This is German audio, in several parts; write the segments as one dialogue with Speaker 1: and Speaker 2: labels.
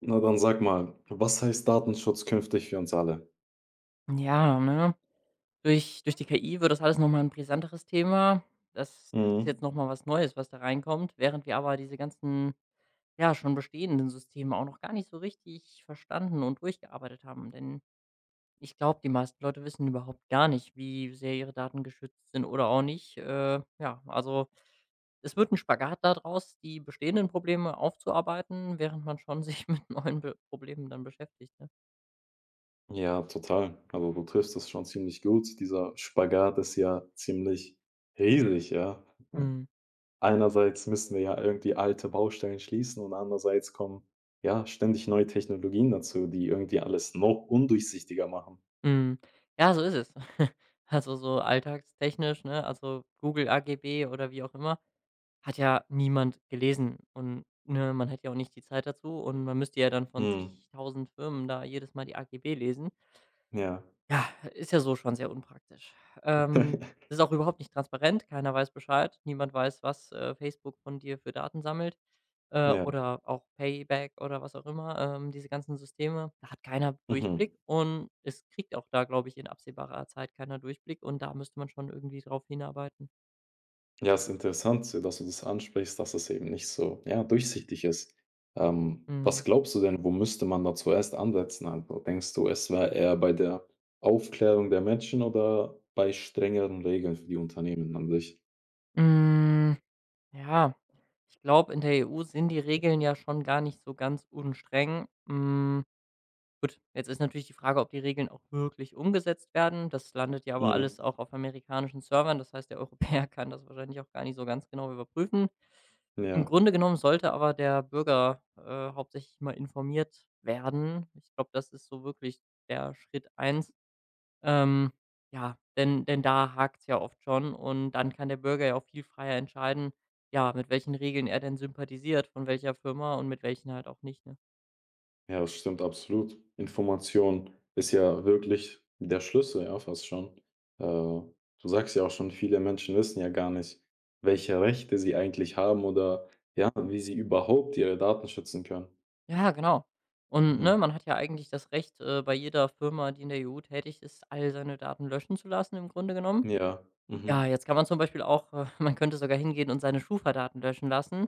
Speaker 1: Na dann sag mal, was heißt Datenschutz künftig für uns alle?
Speaker 2: Ja, ne? Durch die KI wird das alles noch mal 'n brisanteres Thema. Das ist jetzt
Speaker 1: Mhm.
Speaker 2: noch mal was Neues, was da reinkommt, während wir aber diese ganzen, ja, schon bestehenden Systeme auch noch gar nicht so richtig verstanden und durchgearbeitet haben. Denn ich glaube, die meisten Leute wissen überhaupt gar nicht, wie sehr ihre Daten geschützt sind oder auch nicht. Ja, also, es wird ein Spagat daraus, die bestehenden Probleme aufzuarbeiten, während man schon sich mit neuen Be Problemen dann beschäftigt, ne?
Speaker 1: Ja, total. Also du triffst es schon ziemlich gut. Dieser Spagat ist ja ziemlich riesig, ja.
Speaker 2: Mhm.
Speaker 1: Einerseits müssen wir ja irgendwie alte Baustellen schließen und andererseits kommen ja ständig neue Technologien dazu, die irgendwie alles noch undurchsichtiger machen.
Speaker 2: Mhm. Ja, so ist es. Also, so alltagstechnisch, ne? Also, Google AGB oder wie auch immer, hat ja niemand gelesen und, ne, man hat ja auch nicht die Zeit dazu und man müsste ja dann von
Speaker 1: Mhm.
Speaker 2: zigtausend Firmen da jedes Mal die AGB lesen.
Speaker 1: Ja.
Speaker 2: Ja, ist ja so schon sehr unpraktisch. Ähm, ist auch überhaupt nicht transparent. Keiner weiß Bescheid. Niemand weiß, was, Facebook von dir für Daten sammelt,
Speaker 1: Ja.
Speaker 2: oder auch Payback oder was auch immer, diese ganzen Systeme. Da hat keiner
Speaker 1: Mhm.
Speaker 2: Durchblick und es kriegt auch da, glaube ich, in absehbarer Zeit keiner Durchblick und da müsste man schon irgendwie drauf hinarbeiten.
Speaker 1: Ja, ist interessant, dass du das ansprichst, dass es eben nicht so, ja, durchsichtig ist. Was
Speaker 2: Mhm.
Speaker 1: glaubst du denn, wo müsste man da zuerst ansetzen? Also denkst du, es wäre eher bei der Aufklärung der Menschen oder bei strengeren Regeln für die Unternehmen an sich?
Speaker 2: Hm, ja, ich glaube, in der EU sind die Regeln ja schon gar nicht so ganz unstreng. Hm. Gut, jetzt ist natürlich die Frage, ob die Regeln auch wirklich umgesetzt werden. Das landet ja aber
Speaker 1: Mhm.
Speaker 2: alles auch auf amerikanischen Servern. Das heißt, der Europäer kann das wahrscheinlich auch gar nicht so ganz genau überprüfen. Im
Speaker 1: Ja,
Speaker 2: Grunde genommen sollte aber der Bürger hauptsächlich mal informiert werden. Ich glaube, das ist so wirklich der Schritt eins. Ähm, ja, denn da hakt es ja oft schon und dann kann der Bürger ja auch viel freier entscheiden, ja, mit welchen Regeln er denn sympathisiert, von welcher Firma und mit welchen halt auch nicht. Ne?
Speaker 1: ja, das stimmt absolut. Information ist ja wirklich der Schlüssel, ja, fast schon. Du sagst ja auch schon, viele Menschen wissen ja gar nicht, welche Rechte sie eigentlich haben oder ja, wie sie überhaupt ihre Daten schützen können.
Speaker 2: Ja, genau. Und,
Speaker 1: Mhm.
Speaker 2: ne, man hat ja eigentlich das Recht, bei jeder Firma, die in der EU tätig ist, all seine Daten löschen zu lassen im Grunde genommen.
Speaker 1: Ja.
Speaker 2: Ja,
Speaker 1: Mhm.
Speaker 2: jetzt kann man zum Beispiel auch man könnte sogar hingehen und seine Schufa-Daten löschen lassen.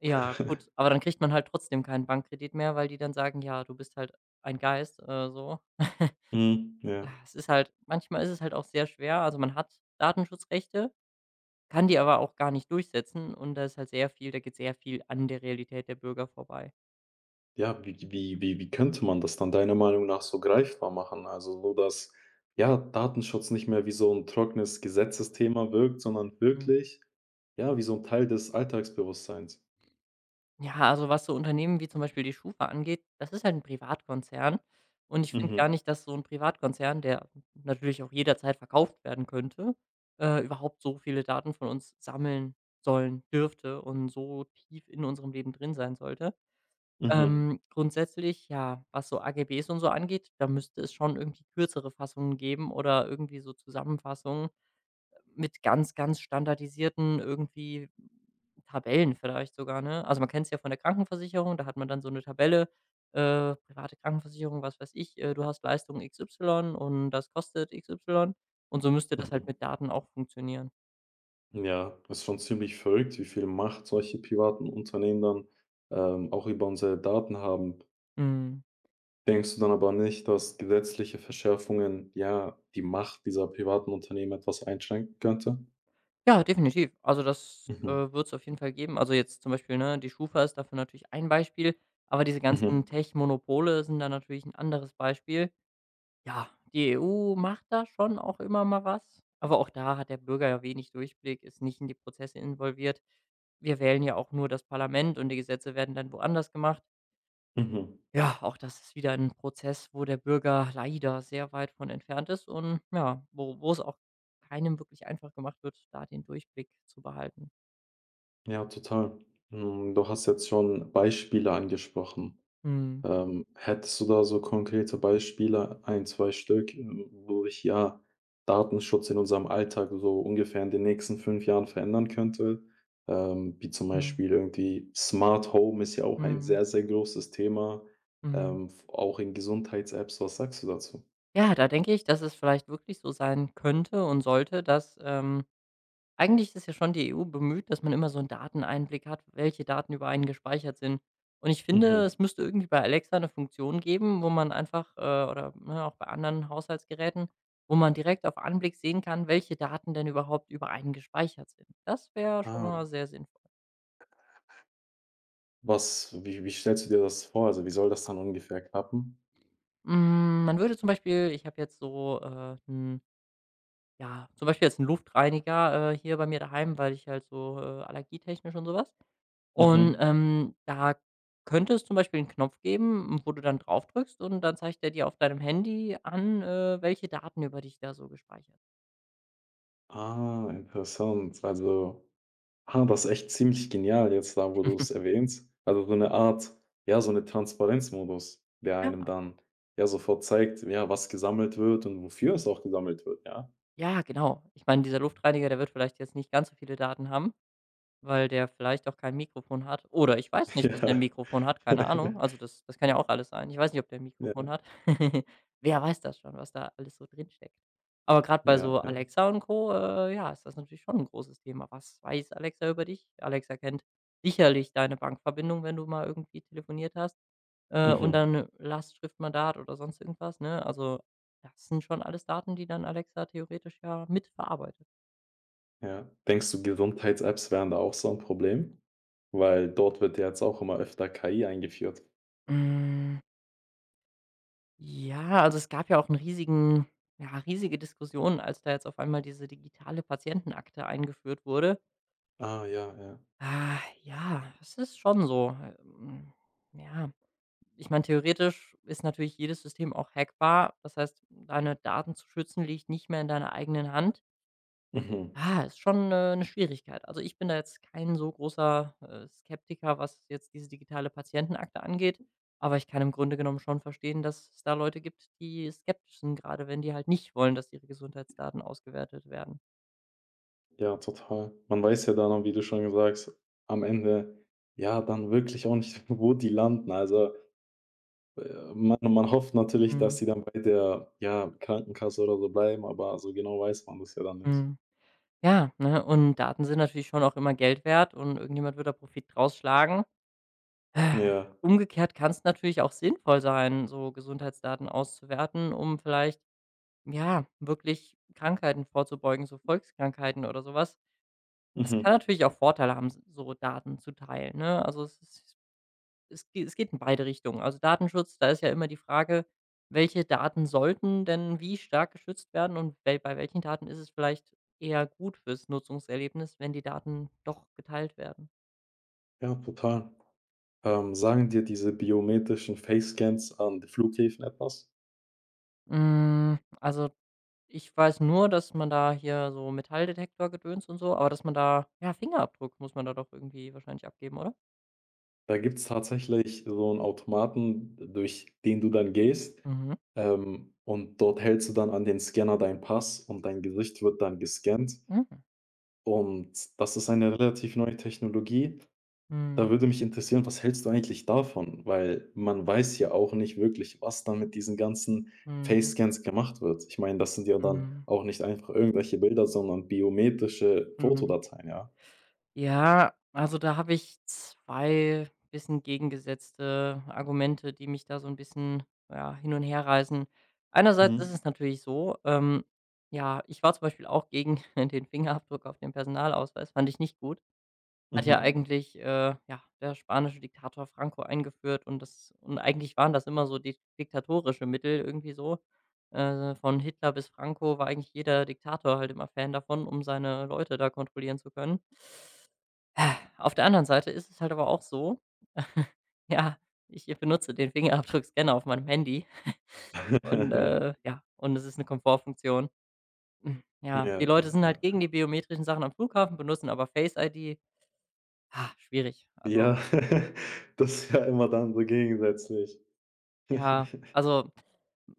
Speaker 2: Ja, gut, aber dann kriegt man halt trotzdem keinen Bankkredit mehr, weil die dann sagen: „Ja, du bist halt ein Geist“, so.
Speaker 1: Mhm. Ja.
Speaker 2: Ah, es ist halt manchmal ist es halt auch sehr schwer. Also, man hat Datenschutzrechte, kann die aber auch gar nicht durchsetzen und da geht sehr viel an der Realität der Bürger vorbei.
Speaker 1: Ja, wie könnte man das dann deiner Meinung nach so greifbar machen? Also, so dass, ja, Datenschutz nicht mehr wie so ein trockenes Gesetzesthema wirkt, sondern
Speaker 2: Mhm.
Speaker 1: wirklich, ja, wie so ein Teil des Alltagsbewusstseins.
Speaker 2: Ja, also was so Unternehmen wie zum Beispiel die SCHUFA angeht, das ist halt ein Privatkonzern. Und ich finde gar
Speaker 1: Mhm.
Speaker 2: nicht, dass so ein Privatkonzern, der natürlich auch jederzeit verkauft werden könnte, überhaupt so viele Daten von uns sammeln sollen dürfte und so tief in unserem Leben drin sein sollte.
Speaker 1: Mhm.
Speaker 2: Grundsätzlich, ja, was so AGBs und so angeht, da müsste es schon irgendwie kürzere Fassungen geben oder irgendwie so Zusammenfassungen mit ganz, ganz standardisierten irgendwie Tabellen vielleicht sogar, ne? Also, man kennt es ja von der Krankenversicherung, da hat man dann so eine Tabelle, private Krankenversicherung, was weiß ich, du hast Leistung XY und das kostet XY und so müsste das halt
Speaker 1: Mhm.
Speaker 2: mit Daten auch funktionieren.
Speaker 1: Ja, das ist schon ziemlich verrückt, wie viel Macht solche privaten Unternehmen dann auch über unsere Daten haben.
Speaker 2: Mhm.
Speaker 1: Denkst du dann aber nicht, dass gesetzliche Verschärfungen, ja, die Macht dieser privaten Unternehmen etwas einschränken könnte?
Speaker 2: Ja, definitiv. Also, das,
Speaker 1: Mhm.
Speaker 2: wird es auf jeden Fall geben. Also, jetzt zum Beispiel, ne, die Schufa ist dafür natürlich ein Beispiel, aber diese ganzen
Speaker 1: Mhm.
Speaker 2: Tech-Monopole sind da natürlich ein anderes Beispiel. Ja, die EU macht da schon auch immer mal was, aber auch da hat der Bürger ja wenig Durchblick, ist nicht in die Prozesse involviert. Wir wählen ja auch nur das Parlament und die Gesetze werden dann woanders gemacht.
Speaker 1: Mhm.
Speaker 2: Ja, auch das ist wieder ein Prozess, wo der Bürger leider sehr weit von entfernt ist und ja, wo es auch keinem wirklich einfach gemacht wird, da den Durchblick zu behalten.
Speaker 1: Ja, total. Hm, du hast jetzt schon Beispiele angesprochen.
Speaker 2: Mhm.
Speaker 1: Hättest du da so konkrete Beispiele, ein 2 Stück wodurch ja Datenschutz in unserem Alltag so ungefähr in den nächsten 5 Jahren verändern könnte? Wie zum
Speaker 2: Mhm.
Speaker 1: Beispiel irgendwie Smart Home ist ja auch ein
Speaker 2: Mhm.
Speaker 1: sehr, sehr großes Thema
Speaker 2: Mhm.
Speaker 1: f auch in Gesundheits-Apps. Was sagst du dazu?
Speaker 2: Ja, da denke ich, dass es vielleicht wirklich so sein könnte und sollte, dass eigentlich ist ja schon die EU bemüht, dass man immer so 'n Dateneinblick hat, welche Daten über einen gespeichert sind. Und ich finde,
Speaker 1: Mhm.
Speaker 2: es müsste irgendwie bei Alexa eine Funktion geben, wo man oder, ne, auch bei anderen Haushaltsgeräten, wo man direkt auf Anblick sehen kann, welche Daten denn überhaupt über einen gespeichert sind. Das wäre schon
Speaker 1: Ah,
Speaker 2: mal sehr sinnvoll.
Speaker 1: was wie stellst du dir das vor? Also, wie soll das dann ungefähr klappen?
Speaker 2: Hm, man würde zum Beispiel ich habe jetzt so, 'n ja, zum Beispiel jetzt einen Luftreiniger, hier bei mir daheim, weil ich halt so, allergietechnisch und sowas. Und,
Speaker 1: Mhm.
Speaker 2: da könnte es zum Beispiel einen Knopf geben, wo du dann draufdrückst und dann zeigt er dir auf deinem Handy an, welche Daten über dich da so gespeichert
Speaker 1: Ah, interessant. Also, ah, das ist echt ziemlich genial jetzt da, wo du es erwähnst. Also, so eine Art ja, so eine Transparenzmodus, der einem
Speaker 2: Ja.
Speaker 1: dann ja sofort zeigt, ja, was gesammelt wird und wofür es auch gesammelt wird, ja?
Speaker 2: Ja, genau. Ich meine, dieser Luftreiniger, der wird vielleicht jetzt nicht ganz so viele Daten haben. Weil der vielleicht auch kein Mikrofon hat. Oder ich weiß nicht, dass er ein
Speaker 1: Ja.
Speaker 2: Mikrofon hat, keine Ahnung. Also, das kann ja auch alles sein. Ich weiß nicht, ob der 'n
Speaker 1: Ja,
Speaker 2: Mikrofon hat. Wer weiß das schon, was da alles so drinsteckt. Aber gerade bei
Speaker 1: ja,
Speaker 2: so
Speaker 1: ja.
Speaker 2: Alexa und Co., ja, ist das natürlich schon ein großes Thema. Was weiß Alexa über dich? Alexa kennt sicherlich deine Bankverbindung, wenn du mal irgendwie telefoniert hast, und
Speaker 1: Mhm,
Speaker 2: dein Lastschriftmandat oder sonst irgendwas, ne? Also, das sind schon alles Daten, die dann Alexa theoretisch ja mitverarbeitet.
Speaker 1: ja. Denkst du, Gesundheits-Apps wären da auch so ein Problem? Weil dort wird ja jetzt auch immer öfter KI eingeführt.
Speaker 2: Hm. Ja, also es gab ja auch einen riesigen Ja, riesige Diskussion, als da jetzt auf einmal diese digitale Patientenakte eingeführt wurde.
Speaker 1: Ah, ja, ja.
Speaker 2: Ah, ja, es ist schon so, ja. Ich meine, theoretisch ist natürlich jedes System auch hackbar. Das heißt, deine Daten zu schützen liegt nicht mehr in deiner eigenen Hand.
Speaker 1: Mhm.
Speaker 2: Ah, ist schon, 'ne Schwierigkeit. Also, ich bin da jetzt kein so großer, Skeptiker, was jetzt diese digitale Patientenakte angeht, aber ich kann im Grunde genommen schon verstehen, dass es da Leute gibt, die skeptisch sind, gerade wenn die halt nicht wollen, dass ihre Gesundheitsdaten ausgewertet werden.
Speaker 1: Ja, total. Man weiß ja dann auch, wie du schon gesagt hast, am Ende, ja, dann wirklich auch nicht, wo die landen. Also, man hofft natürlich, dass
Speaker 2: Mhm,
Speaker 1: sie dann bei der, ja, Krankenkasse oder so bleiben, aber so genau weiß man das ja dann nicht.
Speaker 2: mhm. Ja, ne, und Daten sind natürlich schon auch immer Geld wert und irgendjemand wird da Profit draus schlagen. Äh,
Speaker 1: Ja,
Speaker 2: Umgekehrt kann es natürlich auch sinnvoll sein, so Gesundheitsdaten auszuwerten, um vielleicht ja, wirklich Krankheiten vorzubeugen, so Volkskrankheiten oder sowas. Es kann
Speaker 1: mhm.
Speaker 2: natürlich auch Vorteile haben, s so Daten zu teilen, ne? Also, es ist es ge es geht in beide Richtungen. Also, Datenschutz, da ist ja immer die Frage, welche Daten sollten denn wie stark geschützt werden und wel bei welchen Daten ist es vielleicht eher gut fürs Nutzungserlebnis, wenn die Daten doch geteilt werden?
Speaker 1: Ja, total. Sagen dir diese biometrischen Face-Scans an die Flughäfen etwas?
Speaker 2: Hm, also, ich weiß nur, dass man da hier so Metalldetektor-Gedöns und so aber dass man da ja, Fingerabdruck muss man da doch irgendwie wahrscheinlich abgeben, oder?
Speaker 1: Da gibt's tatsächlich so einen Automaten, durch den du dann gehst
Speaker 2: Mhm.
Speaker 1: und dort hältst du dann an den Scanner deinen Pass und dein Gesicht wird dann gescannt.
Speaker 2: Mhm.
Speaker 1: Und das ist eine relativ neue Technologie. Da
Speaker 2: Mhm.
Speaker 1: würde mich interessieren, was hältst du eigentlich davon? Weil man weiß ja auch nicht wirklich, was da mit diesen ganzen
Speaker 2: Mhm.
Speaker 1: Face-Scans gemacht wird. Ich meine, das sind ja dann
Speaker 2: Mhm.
Speaker 1: auch nicht einfach irgendwelche Bilder, sondern biometrische
Speaker 2: Mhm.
Speaker 1: Fotodateien, ja?
Speaker 2: Ja, also da habe ich 2 bisschen gegengesetzte Argumente, die mich da so ein bisschen, ja, hin und her herreißen. Einerseits ist
Speaker 1: Mhm.
Speaker 2: es natürlich so, ja, ich war zum Beispiel auch gegen den Fingerabdruck auf dem Personalausweis, fand ich nicht gut. Hat ja
Speaker 1: Mhm.
Speaker 2: eigentlich, ja, der spanische Diktator Franco eingeführt und eigentlich waren das immer so di diktatorische Mittel irgendwie so. Von Hitler bis Franco war eigentlich jeder Diktator halt immer Fan davon, um seine Leute da kontrollieren zu können. Ah, auf der anderen Seite ist es halt aber auch so, ja, ich benutze den Fingerabdruckscanner auf meinem Handy und, ja und es ist eine Komfortfunktion. Hm, ja,
Speaker 1: Ja,
Speaker 2: die
Speaker 1: ja,
Speaker 2: Leute sind
Speaker 1: ja,
Speaker 2: halt gegen
Speaker 1: ja.
Speaker 2: die biometrischen Sachen am Flughafen, benutzen aber Face ID. Schwierig. Also
Speaker 1: Das ist ja immer dann so gegensätzlich.
Speaker 2: ja, also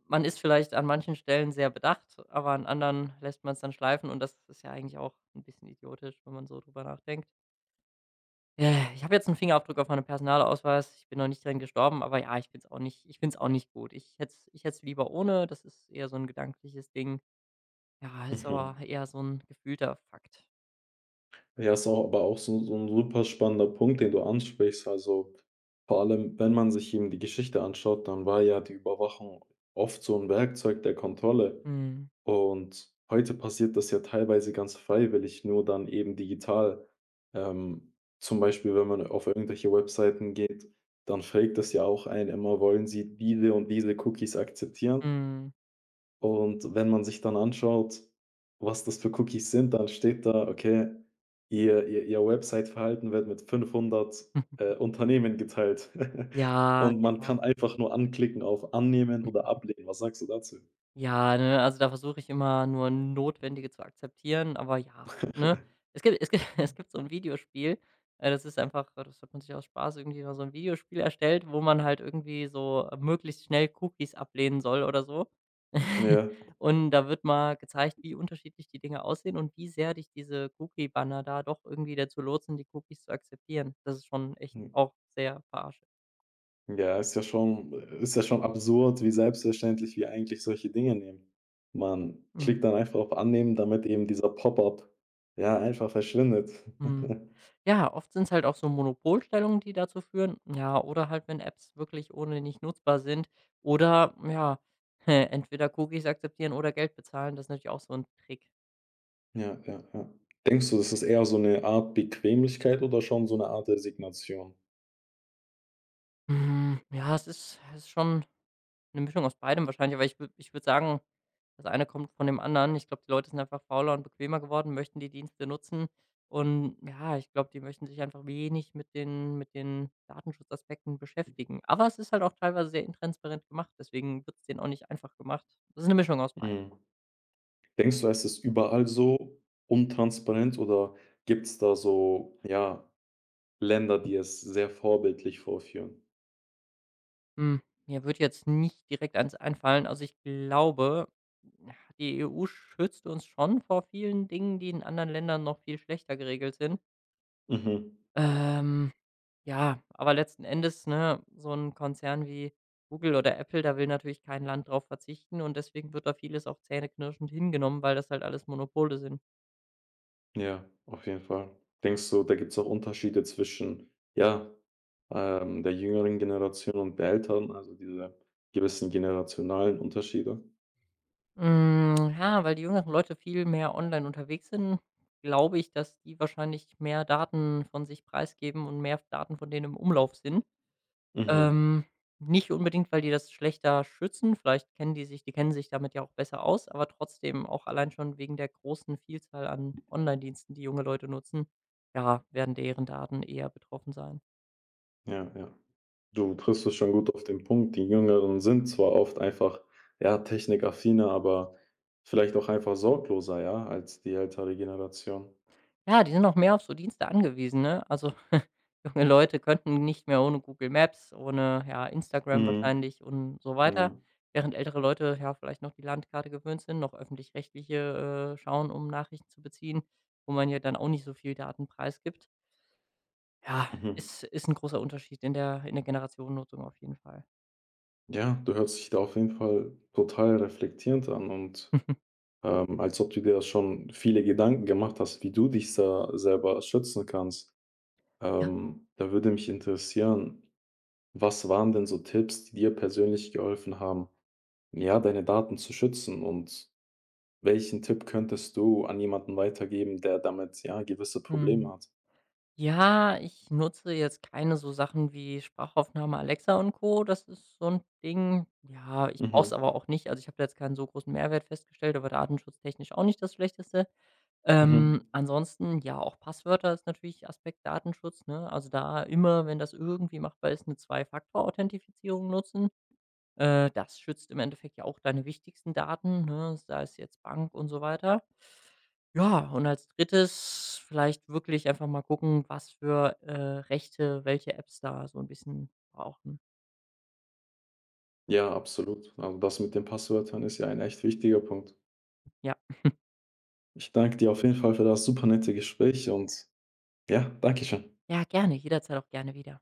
Speaker 2: man ist vielleicht an manchen Stellen sehr bedacht, aber an anderen lässt man es dann schleifen und das ist ja eigentlich auch ein bisschen idiotisch, wenn man so drüber nachdenkt. Ich habe jetzt einen Fingerabdruck auf meinem Personalausweis. Ich bin noch nicht dran gestorben, aber ja, ich find's auch nicht gut. Ich hätte lieber ohne. Das ist eher so ein gedankliches Ding. Ja, ist
Speaker 1: Mhm.
Speaker 2: aber eher so ein gefühlter Fakt.
Speaker 1: Ja, ist auch aber auch so 'n super spannender Punkt, den du ansprichst. Also, vor allem, wenn man sich eben die Geschichte anschaut, dann war ja die Überwachung oft so ein Werkzeug der Kontrolle.
Speaker 2: Mhm.
Speaker 1: Und heute passiert das ja teilweise ganz freiwillig, nur dann eben digital. Zum Beispiel, wenn man auf irgendwelche Webseiten geht, dann fragt das ja auch einen immer: „Wollen Sie diese und diese Cookies akzeptieren?"
Speaker 2: Mhm.
Speaker 1: Und wenn man sich dann anschaut, was das für Cookies sind, dann steht da, okay, ihr Website-Verhalten wird mit 500Unternehmen geteilt.
Speaker 2: Ja,
Speaker 1: Und man
Speaker 2: genau.
Speaker 1: kann einfach nur anklicken auf annehmen oder ablehnen. Was sagst du dazu?
Speaker 2: Ja, ne, also da versuche ich immer nur Notwendige zu akzeptieren, aber ja, ne? Es gibt es gibt so ein Videospiel, das ist einfach das hat man sich aus Spaß irgendwie mal so ein Videospiel erstellt, wo man halt irgendwie so möglichst schnell Cookies ablehnen soll oder so.
Speaker 1: Ja.
Speaker 2: Und da wird mal gezeigt, wie unterschiedlich die Dinge aussehen und wie sehr dich diese Cookie-Banner da doch irgendwie dazu lotsen, die Cookies zu akzeptieren. Das ist schon echt
Speaker 1: Hm,
Speaker 2: auch sehr verarschend.
Speaker 1: ja, ist ja schon absurd, wie selbstverständlich wir eigentlich solche Dinge nehmen. Man klickt
Speaker 2: Mhm.
Speaker 1: dann einfach auf annehmen, damit eben dieser Pop-up, ja, einfach verschwindet.
Speaker 2: Mhm. Ja, oft sind es halt auch so Monopolstellungen, die dazu führen. Ja, oder halt, wenn Apps wirklich ohne nicht nutzbar sind oder ja, entweder Cookies akzeptieren oder Geld bezahlen, das ist natürlich auch so ein Trick.
Speaker 1: Ja, ja, ja. Denkst du, das ist eher so eine Art Bequemlichkeit oder schon so eine Art Resignation?
Speaker 2: Hm, ja, es ist schon eine Mischung aus beidem wahrscheinlich, aber ich würde sagen, das eine kommt von dem anderen. Ich glaube, die Leute sind einfach fauler und bequemer geworden, möchten die Dienste nutzen und ja, ich glaube, die möchten sich einfach wenig mit den Datenschutzaspekten beschäftigen. Aber es ist halt auch teilweise sehr intransparent gemacht, deswegen wird es denen auch nicht einfach gemacht. Das ist eine Mischung aus beidem.
Speaker 1: Mhm. Denkst du, es ist überall so untransparent oder gibt es da so, ja, Länder, die es sehr vorbildlich vorführen?
Speaker 2: Hm, mir wird jetzt nicht direkt eins einfallen. Also, ich glaube, ja, die EU schützt uns schon vor vielen Dingen, die in anderen Ländern noch viel schlechter geregelt sind.
Speaker 1: Mhm.
Speaker 2: Ähm. Ja, aber letzten Endes, ne, so ein Konzern wie Google oder Apple, da will natürlich kein Land drauf verzichten und deswegen wird da vieles auch zähneknirschend hingenommen, weil das halt alles Monopole sind.
Speaker 1: Ja, auf jeden Fall. Denkst du, da gibt es auch Unterschiede zwischen, ja, der jüngeren Generation und der älteren, also diese gewissen generationalen Unterschiede?
Speaker 2: Hm, ja, weil die jüngeren Leute viel mehr online unterwegs sind, glaube ich, dass die wahrscheinlich mehr Daten von sich preisgeben und mehr Daten von denen im Umlauf sind.
Speaker 1: Mhm.
Speaker 2: Ähm, nicht unbedingt, weil die das schlechter schützen. Vielleicht kennen die sich die kennen sich damit ja auch besser aus, aber trotzdem auch allein schon wegen der großen Vielzahl an Online-Diensten, die junge Leute nutzen, ja, werden deren Daten eher betroffen sein.
Speaker 1: Ja, ja. Du triffst es schon gut auf den Punkt. Die Jüngeren sind zwar oft einfach, ja, technikaffiner, aber vielleicht auch einfach sorgloser, ja, als die ältere Generation.
Speaker 2: Ja, die sind auch mehr auf so Dienste angewiesen, ne? Also, junge Leute könnten nicht mehr ohne Google Maps, ohne, ja, Instagram
Speaker 1: Mhm.
Speaker 2: wahrscheinlich und so weiter,
Speaker 1: Ja.
Speaker 2: während ältere Leute, ja, vielleicht noch die Landkarte gewöhnt sind, noch öffentlich-rechtliche, schauen, um Nachrichten zu beziehen, wo man ja dann auch nicht so viel Daten preisgibt. Ja,
Speaker 1: Mhm.
Speaker 2: ist ein großer Unterschied in der Generationennutzung auf jeden Fall.
Speaker 1: Ja, du hörst dich da auf jeden Fall total reflektierend an und als ob du dir schon viele Gedanken gemacht hast, wie du dich da selber schützen kannst.
Speaker 2: Ja.
Speaker 1: Da würde mich interessieren, was waren denn so Tipps, die dir persönlich geholfen haben, ja, deine Daten zu schützen und welchen Tipp könntest du an jemanden weitergeben, der damit, ja, gewisse Probleme
Speaker 2: Hm,
Speaker 1: hat?
Speaker 2: ja, ich nutze jetzt keine so Sachen wie Sprachaufnahme, Alexa und Co. Das ist so ein Ding. Ja, ich brauche es
Speaker 1: Mhm,
Speaker 2: aber auch nicht. Also, ich habe da jetzt keinen so großen Mehrwert festgestellt, aber datenschutztechnisch auch nicht das Schlechteste.
Speaker 1: mhm.
Speaker 2: Ansonsten, ja, auch Passwörter ist natürlich Aspekt Datenschutz, ne? Also, da immer, wenn das irgendwie machbar ist, eine Zwei-Faktor-Authentifizierung nutzen. Das schützt im Endeffekt ja auch deine wichtigsten Daten, ne, sei es jetzt Bank und so weiter. Ja, und als Drittes vielleicht wirklich einfach mal gucken, was für, Rechte welche Apps da so ein bisschen brauchen.
Speaker 1: Ja, absolut. Also, das mit den Passwörtern ist ja ein echt wichtiger Punkt.
Speaker 2: Ja.
Speaker 1: Ich danke dir auf jeden Fall für das super nette Gespräch und ja, danke schön.
Speaker 2: Ja, gerne, jederzeit auch gerne wieder.